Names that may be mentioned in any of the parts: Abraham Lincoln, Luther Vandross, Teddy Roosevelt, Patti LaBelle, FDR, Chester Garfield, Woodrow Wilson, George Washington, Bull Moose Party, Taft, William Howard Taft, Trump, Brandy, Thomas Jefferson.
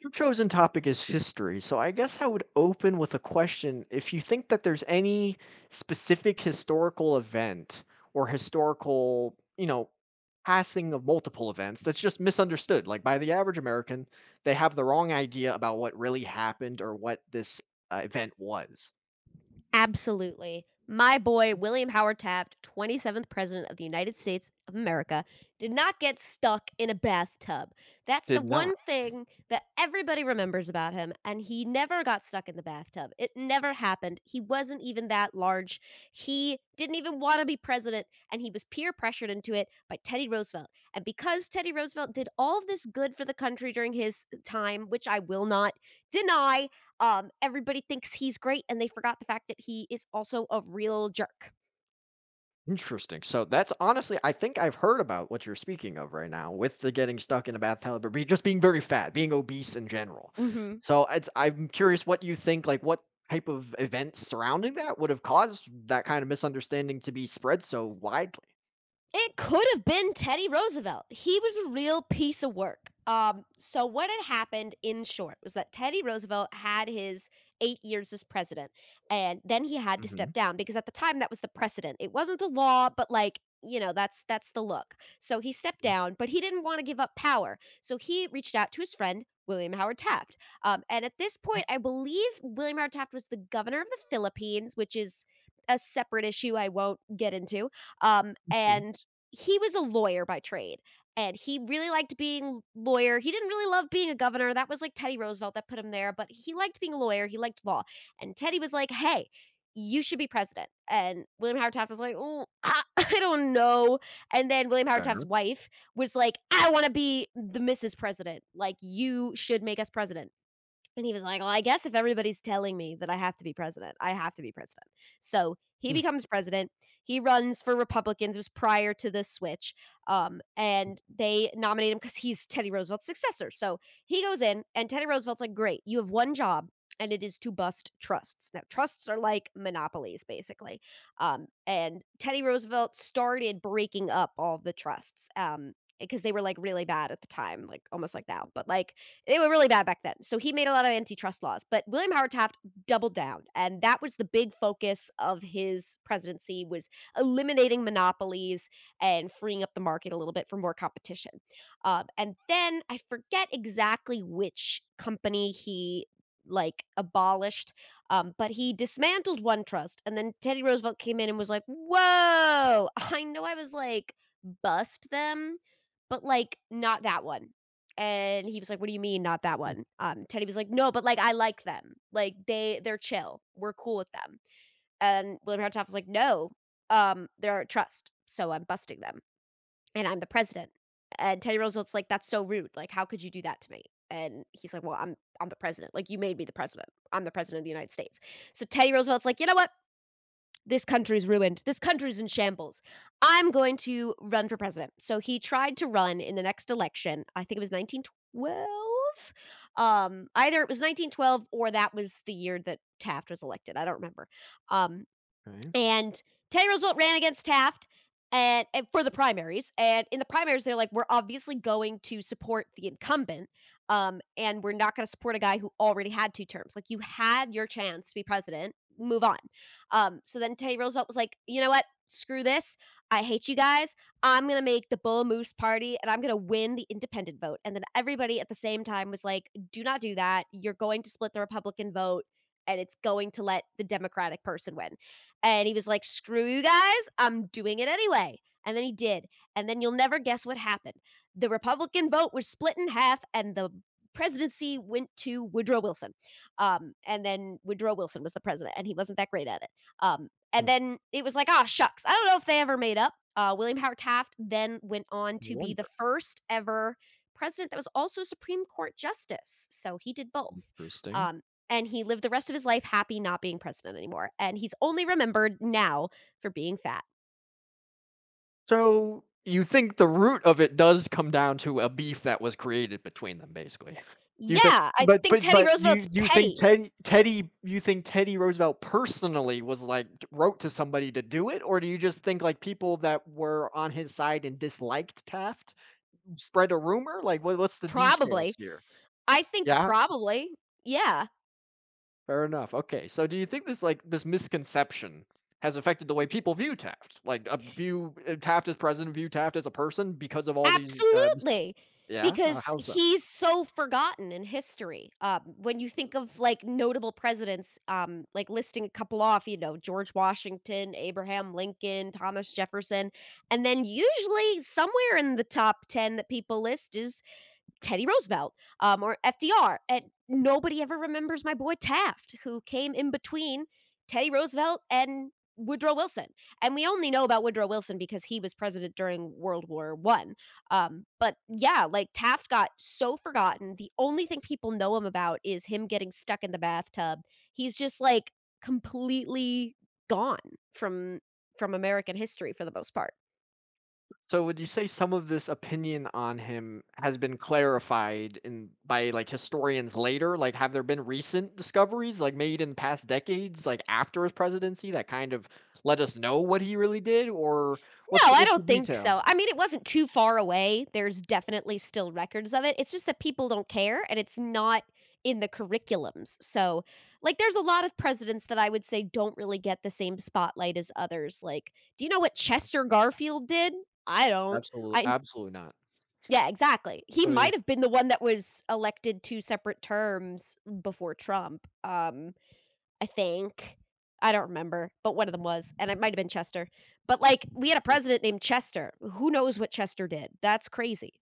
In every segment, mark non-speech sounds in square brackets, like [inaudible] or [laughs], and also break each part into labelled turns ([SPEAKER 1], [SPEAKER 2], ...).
[SPEAKER 1] Your chosen topic is history, so I guess I would open with a question. If you think that there's any specific historical event or historical, passing of multiple events that's just misunderstood, like by the average American, they have the wrong idea about what really happened or what this event was.
[SPEAKER 2] Absolutely. My boy, William Howard Taft, 27th President of the United States of America, did not get stuck in a bathtub. That's the
[SPEAKER 1] Did
[SPEAKER 2] one
[SPEAKER 1] not.
[SPEAKER 2] thing that everybody remembers about him. And he never got stuck in the bathtub. It never happened. He wasn't even that large. He didn't even want to be president. And he was peer pressured into it by Teddy Roosevelt. And because Teddy Roosevelt did all of this good for the country during his time, which I will not deny, everybody thinks he's great, and they forgot the fact that he is also a real jerk.
[SPEAKER 1] Interesting. So that's honestly, I think I've heard about what you're speaking of right now with the getting stuck in a bathtub or just being very fat, being obese in general.
[SPEAKER 2] Mhm.
[SPEAKER 1] So I'm curious what you think, like what type of events surrounding that would have caused that kind of misunderstanding to be spread so widely.
[SPEAKER 2] It could have been Teddy Roosevelt. He was a real piece of work. So what had happened in short was that Teddy Roosevelt had his 8 years as president, and then he had to
[SPEAKER 1] Hmm.
[SPEAKER 2] step down because at the time that was the precedent. It wasn't the law, but like you know that's the look. So he stepped down, but he didn't want to give up power. So he reached out to his friend William Howard Taft, and at this point, I believe William Howard Taft was the governor of the Philippines, which is a separate issue I won't get into. And he was a lawyer by trade, and he really liked being lawyer. He didn't really love being a governor. That was like Teddy Roosevelt that put him there, but he liked being a lawyer. He liked law. And Teddy was like, "Hey, you should be president." And William Howard Taft was like, "Oh, [laughs] I don't know." And then William Howard Taft's
[SPEAKER 1] Fair.
[SPEAKER 2] wife was like, "I want to be the Mrs. President. Like you should make us president." And he was like, "Well, I guess if everybody's telling me that I have to be president, I have to be president." So he
[SPEAKER 1] Hmm.
[SPEAKER 2] becomes president. He runs for Republicans. It was prior to the switch, and they nominate him because he's Teddy Roosevelt's successor. So he goes in, and Teddy Roosevelt's like, "Great, you have one job." And it is to bust trusts. Now, trusts are like monopolies, basically. And Teddy Roosevelt started breaking up all the trusts because they were like really bad at the time, like almost like now. But like they were really bad back then. So he made a lot of antitrust laws, but William Howard Taft doubled down, and that was the big focus of his presidency was eliminating monopolies and freeing up the market a little bit for more competition. And then I forget exactly which company he like abolished but he dismantled one trust and then Teddy Roosevelt came in and was like, "Whoa, [laughs] I know, I was like bust them but like not that one." And he was like, "What do you mean not that one?" Teddy was like, "No, but like I like them. Like they're chill. We're cool with them." And William Howard Taft was like, "No, they're a trust, so I'm busting them, and I'm the president." And Teddy Roosevelt's like, "That's so rude. Like how could you do that to me?" And he's like, "Well, I'm the president. Like you made me the president. I'm the president of the United States." So Teddy Roosevelt's like, "You know what? This country's ruined. This country's in shambles. I'm going to run for president." So he tried to run in the next election. I think it was 1912. Either it was 1912 or that was the year that Taft was elected. I don't remember. Um,
[SPEAKER 1] Okay.
[SPEAKER 2] and Teddy Roosevelt ran against Taft and for the primaries. And in the primaries, they're like, "We're obviously going to support the incumbent. And we're not going to support a guy who already had two terms. Like, you had your chance to be president, move on." So then Teddy Roosevelt was like, "You know what? Screw this. I hate you guys. I'm going to make the Bull Moose Party and I'm going to win the independent vote." And then everybody at the same time was like, "Do not do that. You're going to split the Republican vote and it's going to let the Democratic person win." And he was like, "Screw you guys, I'm doing it anyway." And then he did. And then you'll never guess what happened. The Republican vote was split in half, and the presidency went to Woodrow Wilson. And then Woodrow Wilson was the president, and he wasn't that great at it. And
[SPEAKER 1] Hmm.
[SPEAKER 2] then it was like, "Ah, shucks." I don't know if they ever made up. William Howard Taft then went on to be the
[SPEAKER 1] Wonder.
[SPEAKER 2] first ever president that was also a Supreme Court justice. So he did both.
[SPEAKER 1] Interesting.
[SPEAKER 2] Um, and he lived the rest of his life happy not being president anymore, and he's only remembered now for being fat.
[SPEAKER 1] So, you think the root of it does come down to a beef that was created between them, basically. [laughs] You think
[SPEAKER 2] Yeah, I
[SPEAKER 1] but
[SPEAKER 2] think
[SPEAKER 1] but
[SPEAKER 2] Teddy
[SPEAKER 1] but do
[SPEAKER 2] Roosevelt's
[SPEAKER 1] you think
[SPEAKER 2] petty.
[SPEAKER 1] Teddy Roosevelt personally was, like, wrote to somebody to do it, or do you just think, like, people that were on his side and disliked Taft spread a rumor? Like, what's the details
[SPEAKER 2] Probably.
[SPEAKER 1] here?
[SPEAKER 2] I think
[SPEAKER 1] Yeah?
[SPEAKER 2] probably. Yeah,
[SPEAKER 1] Fair enough, okay. So do you think this, like, this misconception has affected the way people view Taft? Like, view, Taft as president, view Taft as a person because of all these,
[SPEAKER 2] absolutely,
[SPEAKER 1] Yeah?
[SPEAKER 2] because
[SPEAKER 1] How so?
[SPEAKER 2] he's so forgotten in history. When you think of, like, notable presidents, like, listing a couple off, you know, George Washington, Abraham Lincoln, Thomas Jefferson, and then usually somewhere in the top 10 that people list is Teddy Roosevelt or FDR. And nobody ever remembers my boy Taft, who came in between Teddy Roosevelt and Woodrow Wilson. And we only know about Woodrow Wilson because he was president during World War One. But yeah, like Taft got so forgotten. The only thing people know him about is him getting stuck in the bathtub. He's just like completely gone from from American history for the most part.
[SPEAKER 1] So would you say some of this opinion on him has been clarified in by, like, historians later? Like, have there been recent discoveries, like, made in past decades, like, after his presidency that kind of let us know what he really did? Or
[SPEAKER 2] No, I
[SPEAKER 1] what's the
[SPEAKER 2] don't think
[SPEAKER 1] detail?
[SPEAKER 2] so. I mean, it wasn't too far away. There's definitely still records of it. It's just that people don't care and it's not in the curriculums. So, like, there's a lot of presidents that I would say don't really get the same spotlight as others. Like, do you know what
[SPEAKER 1] Yeah.
[SPEAKER 2] Chester Garfield did? I don't.
[SPEAKER 1] Absolutely,
[SPEAKER 2] I,
[SPEAKER 1] absolutely not.
[SPEAKER 2] yeah, exactly. He
[SPEAKER 1] I mean.
[SPEAKER 2] might have been the one that was elected two separate terms before Trump. I think. I don't remember, but one of them was, and it might have been Chester. But, like, we had a president named Chester. Who knows what Chester did? That's crazy.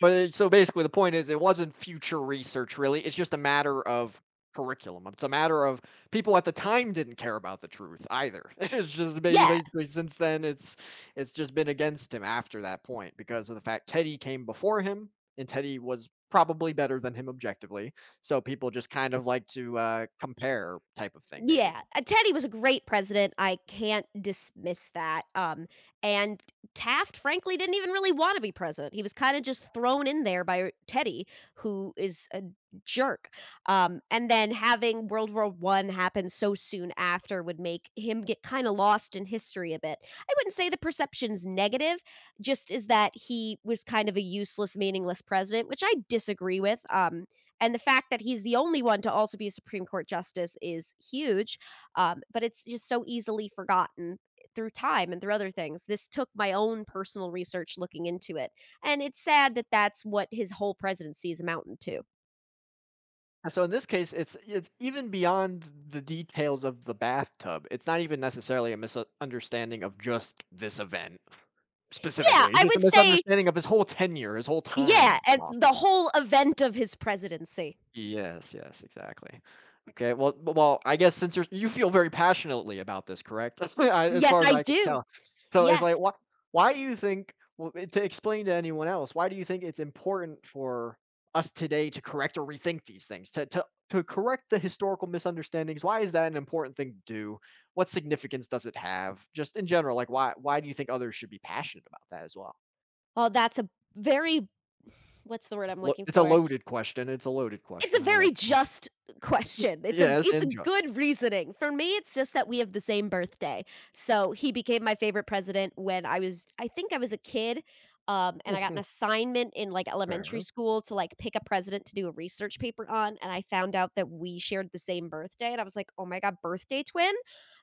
[SPEAKER 1] But it, so basically, the point is, it wasn't future research, really. It's just a matter of curriculum. It's a matter of people at the time didn't care about the truth either. [laughs] It's just
[SPEAKER 2] Yeah.
[SPEAKER 1] basically since then, it's just been against him after that point because of the fact Teddy came before him, and Teddy was probably better than him objectively. So people just kind of like to compare type of thing, maybe.
[SPEAKER 2] Yeah, Teddy was a great president, I can't dismiss that, and Taft, frankly, didn't even really wanna be president, he was kinda just thrown in there by Teddy, who is a jerk, and then having World War One happen so soon after would make him get kinda lost in history a bit. I wouldn't say the perception's negative, just is that he was kind of a useless, meaningless president, which I disagree with, and the fact that he's the only one to also be a Supreme Court justice is huge. But it's just so easily forgotten through time and through other things. This took my own personal research looking into it, and it's sad that that's what his whole presidency is amounting to.
[SPEAKER 1] So in this case, it's even beyond the details of the bathtub. It's not even necessarily a misunderstanding of just this event
[SPEAKER 2] Yeah,
[SPEAKER 1] specifically. It's
[SPEAKER 2] I
[SPEAKER 1] just a
[SPEAKER 2] would say
[SPEAKER 1] misunderstanding of his whole tenure, his whole
[SPEAKER 2] yeah,
[SPEAKER 1] time in
[SPEAKER 2] and the
[SPEAKER 1] office.
[SPEAKER 2] whole event of his presidency.
[SPEAKER 1] Yes, yes, exactly. Okay, well, I guess since you're you feel very passionately about this, correct? [laughs] I as
[SPEAKER 2] Yes,
[SPEAKER 1] far as
[SPEAKER 2] I
[SPEAKER 1] I could
[SPEAKER 2] do.
[SPEAKER 1] tell. So it's like,
[SPEAKER 2] Yes.
[SPEAKER 1] why do you think to explain to anyone else, why do you think it's important for us today to correct or rethink these things, to correct the historical misunderstandings? Why is that an important thing to do? What significance does it have? Just in general, like, why do you think others should be passionate about that as well?
[SPEAKER 2] Oh, that's a very, what's the word I'm
[SPEAKER 1] Lo
[SPEAKER 2] looking
[SPEAKER 1] It's a
[SPEAKER 2] for?
[SPEAKER 1] loaded question, it's a loaded
[SPEAKER 2] It's a
[SPEAKER 1] question, I'll
[SPEAKER 2] very
[SPEAKER 1] let you. [laughs]
[SPEAKER 2] just question.
[SPEAKER 1] Yes,
[SPEAKER 2] It's a
[SPEAKER 1] and just.
[SPEAKER 2] good reasoning. For me, it's just that we have the same birthday. So, he became my favorite president when I was, I think I was a kid, and I got an assignment in, like,
[SPEAKER 1] [laughs]
[SPEAKER 2] elementary
[SPEAKER 1] fair.
[SPEAKER 2] school to, like, pick a president to do a research paper on, and I found out that we shared the same birthday, and I was like, "Oh my god, birthday twin?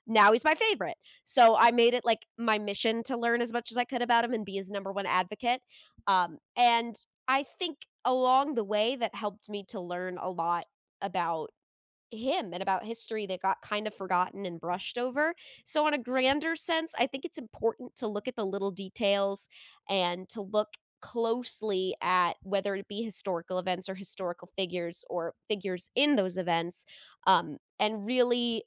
[SPEAKER 2] Now he's my favorite." So, I made it, like, my mission to learn as much as I could about him and be his number 1 advocate, and I think along the way that helped me to learn a lot about him and about history that got kind of forgotten and brushed over. So, on a grander sense, I think it's important to look at the little details and to look closely at whether it be historical events or historical figures or figures in those events and really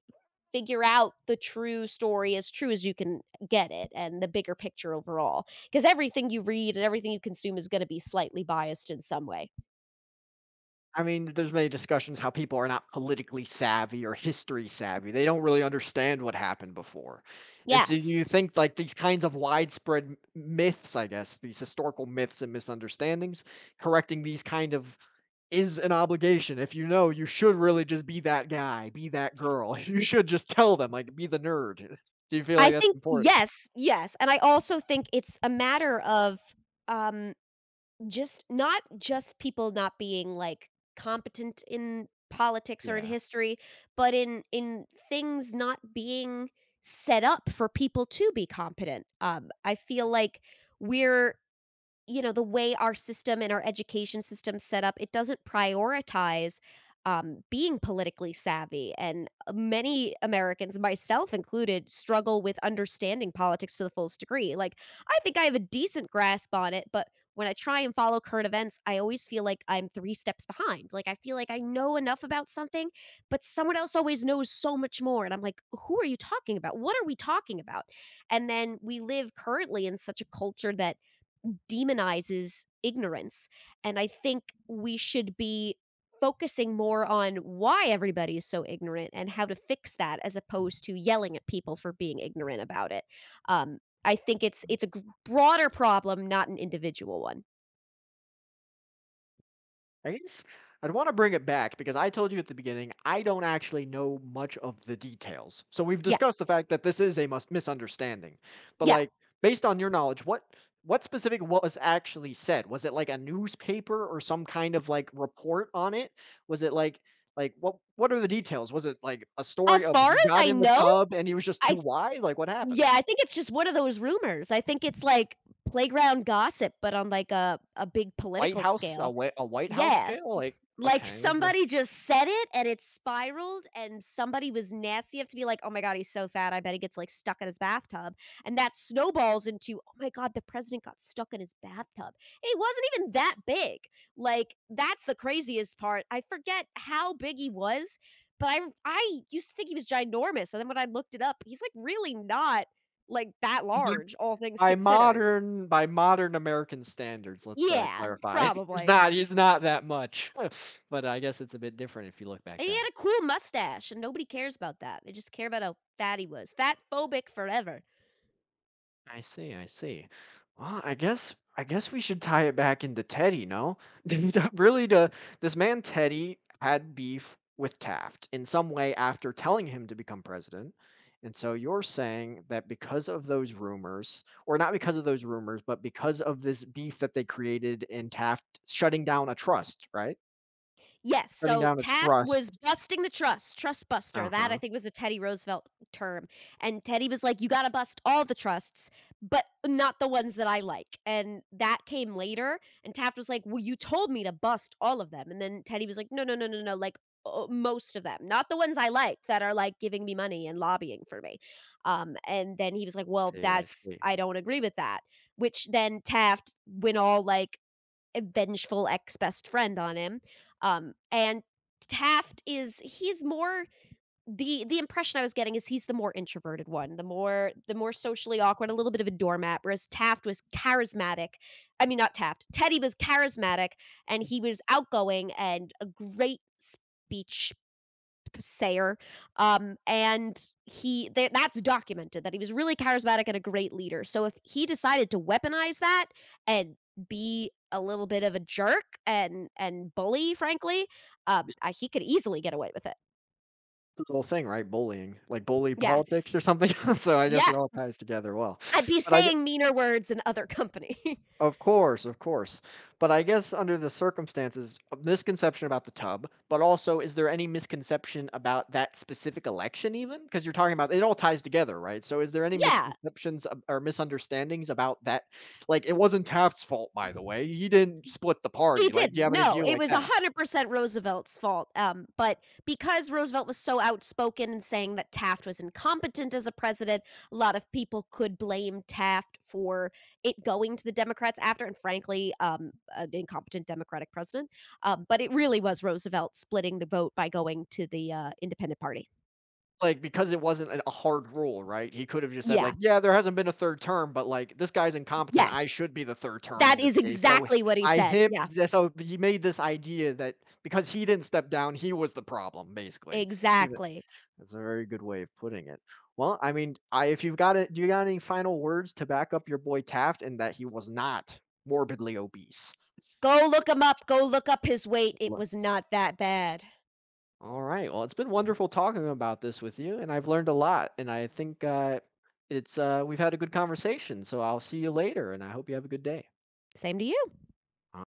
[SPEAKER 2] figure out the true story as true as you can get it and the bigger picture overall because everything you read and everything you consume is going to be slightly biased in some way.
[SPEAKER 1] I mean, there's many discussions how people are not politically savvy or history savvy. They don't really understand what happened before. And so
[SPEAKER 2] Yes.
[SPEAKER 1] you think like these kinds of widespread myths, I guess, these historical myths and misunderstandings, correcting these kind of is an obligation. If you know, you should really just be that guy, be that girl. [laughs] You should just tell them, like, be the nerd. [laughs] Do you feel
[SPEAKER 2] I
[SPEAKER 1] like that's
[SPEAKER 2] think
[SPEAKER 1] important?
[SPEAKER 2] yes, yes, and I also think it's a matter of, um, just not, just people not being, like, competent in politics or in
[SPEAKER 1] Yeah.
[SPEAKER 2] history, but in things not being set up for people to be competent. I feel like we're, you know, the way our system and our education system set up, it doesn't prioritize, being politically savvy, and many Americans, myself included, struggle with understanding politics to the fullest degree. Like, I think I have a decent grasp on it, but when I try and follow current events, I always feel like I'm 3 steps behind. Like, I feel like I know enough about something, but someone else always knows so much more, and I'm like, "Who are you talking about? What are we talking about?" And then we live currently in such a culture that demonizes ignorance. And I think we should be focusing more on why everybody is so ignorant and how to fix that as opposed to yelling at people for being ignorant about it. Um, I think it's a broader problem, not an individual one.
[SPEAKER 1] I guess I'd want to bring it back because I told you at the beginning, I don't actually know much of the details. So we've
[SPEAKER 2] Yeah.
[SPEAKER 1] discussed the fact that this is a misunderstanding. But
[SPEAKER 2] Yeah.
[SPEAKER 1] like based on your knowledge, what specific was actually said? Was it like a newspaper or some kind of like report on it? Was it like what are the details? Was it like a story
[SPEAKER 2] As
[SPEAKER 1] of
[SPEAKER 2] far
[SPEAKER 1] he
[SPEAKER 2] as
[SPEAKER 1] got
[SPEAKER 2] I
[SPEAKER 1] in the
[SPEAKER 2] know,
[SPEAKER 1] tub and he was just
[SPEAKER 2] I
[SPEAKER 1] too wide? Like what
[SPEAKER 2] yeah,
[SPEAKER 1] happened?
[SPEAKER 2] I think it's just one of those rumors. I think it's like playground gossip but on like a big
[SPEAKER 1] White
[SPEAKER 2] political
[SPEAKER 1] House a,
[SPEAKER 2] scale.
[SPEAKER 1] whi- a White House
[SPEAKER 2] Yeah.
[SPEAKER 1] scale? Like
[SPEAKER 2] Like,
[SPEAKER 1] okay, that's very.
[SPEAKER 2] somebody just said it, and it spiraled, and somebody was nasty enough to be like, "Oh my god, he's so fat, I bet he gets, like, stuck in his bathtub," and that snowballs into, "Oh my god, the president got stuck in his bathtub," and he wasn't even that big, like, that's the craziest part. I forget how big he was, but I used to think he was ginormous, and then when I looked it up, he's, like, really not, like, that large, all things considered.
[SPEAKER 1] By modern American standards, let's,
[SPEAKER 2] Yeah,
[SPEAKER 1] clarify. [laughs] He's
[SPEAKER 2] probably.
[SPEAKER 1] not he's not that much, [laughs] but I guess it's a bit different if you look
[SPEAKER 2] And
[SPEAKER 1] back
[SPEAKER 2] he
[SPEAKER 1] then.
[SPEAKER 2] had a cool mustache, and nobody cares about that. They just care about how fat he was. Fat phobic forever.
[SPEAKER 1] I see, I see. Well, I guess we should tie it back into Teddy, no? [laughs] That Really, the this man Teddy had beef with Taft in some way after telling him to become president, and so you're saying that because of those rumors or not because of those rumors, but because of this beef that they created in Taft shutting down a trust, right?
[SPEAKER 2] Yes,
[SPEAKER 1] Shutting
[SPEAKER 2] so
[SPEAKER 1] down a
[SPEAKER 2] Taft
[SPEAKER 1] trust.
[SPEAKER 2] was busting the trust, trust buster, that I
[SPEAKER 1] Uh-huh.
[SPEAKER 2] think was a Teddy Roosevelt term, and Teddy was like, "You gotta bust all the trusts, but not the ones that I like," and that came later, and Taft was like, "Well, you told me to bust all of them," and then Teddy was like, "No, no, no, no, no, like, o most of them, not the ones I like that are, like, giving me money and lobbying for me," and then he was like, "Well,
[SPEAKER 1] See, I
[SPEAKER 2] that's
[SPEAKER 1] see.
[SPEAKER 2] I don't agree with that," which then Taft went all, like, a vengeful ex-best friend on him. And Taft is he's more the impression I was getting is he's the more introverted one, the more socially awkward, a little bit of a doormat, whereas Taft was charismatic. I mean, not Taft. Teddy was charismatic and he was outgoing and a great speech sayer. And that's documented that he was really charismatic and a great leader. So if he decided to weaponize that and be a little bit of a jerk and bully, frankly, he could easily get away with it.
[SPEAKER 1] The whole thing, right? Bullying. Like bully
[SPEAKER 2] Yes,
[SPEAKER 1] politics or something? [laughs] So I guess
[SPEAKER 2] yeah,
[SPEAKER 1] it all ties together well.
[SPEAKER 2] I'd be
[SPEAKER 1] But I get
[SPEAKER 2] saying meaner words in other company.
[SPEAKER 1] of course, of course. But I guess under the circumstances, a misconception about the tub, but also is there any misconception about that specific election even? Because 'Cause you're talking about it all ties together, right? So is there
[SPEAKER 2] [laughs]
[SPEAKER 1] any
[SPEAKER 2] Yeah.
[SPEAKER 1] misconceptions ab or misunderstandings about that? Like, it wasn't Taft's fault, by the way. He didn't split the
[SPEAKER 2] He
[SPEAKER 1] party. Like, do you
[SPEAKER 2] didn't.
[SPEAKER 1] have any
[SPEAKER 2] No,
[SPEAKER 1] view
[SPEAKER 2] it
[SPEAKER 1] like
[SPEAKER 2] was
[SPEAKER 1] that?
[SPEAKER 2] 100% Roosevelt's fault. But because Roosevelt was so outspoken in saying that Taft was incompetent as a president, a lot of people could blame Taft for it going to the Democrats after, and frankly, an incompetent Democratic president. But it really was Roosevelt splitting the vote by going to the Independent Party.
[SPEAKER 1] Like, because it wasn't an a hard rule, right? He could have just said,
[SPEAKER 2] Yeah.
[SPEAKER 1] like, "Yeah, there hasn't been a 3rd term, but, like, this guy's incompetent. I
[SPEAKER 2] Yes.
[SPEAKER 1] should be the 3rd term in
[SPEAKER 2] That
[SPEAKER 1] this
[SPEAKER 2] is
[SPEAKER 1] case." So,
[SPEAKER 2] exactly what he
[SPEAKER 1] I
[SPEAKER 2] said.
[SPEAKER 1] him
[SPEAKER 2] Yeah.
[SPEAKER 1] yeah, so he made this idea that because he didn't step down, he was the problem, basically. Even
[SPEAKER 2] Exactly.
[SPEAKER 1] that's a very good way of putting it. Well, I mean, I if you've got it do you got any final words to back up your boy Taft and that he was not morbidly obese?
[SPEAKER 2] Go look him up. Go look up his weight. It was not that bad.
[SPEAKER 1] All right. Well, it's been wonderful talking about this with you, and I've learned a lot. And I think it's we've had a good conversation. So I'll see you later, and I hope you have a good day.
[SPEAKER 2] Same to you.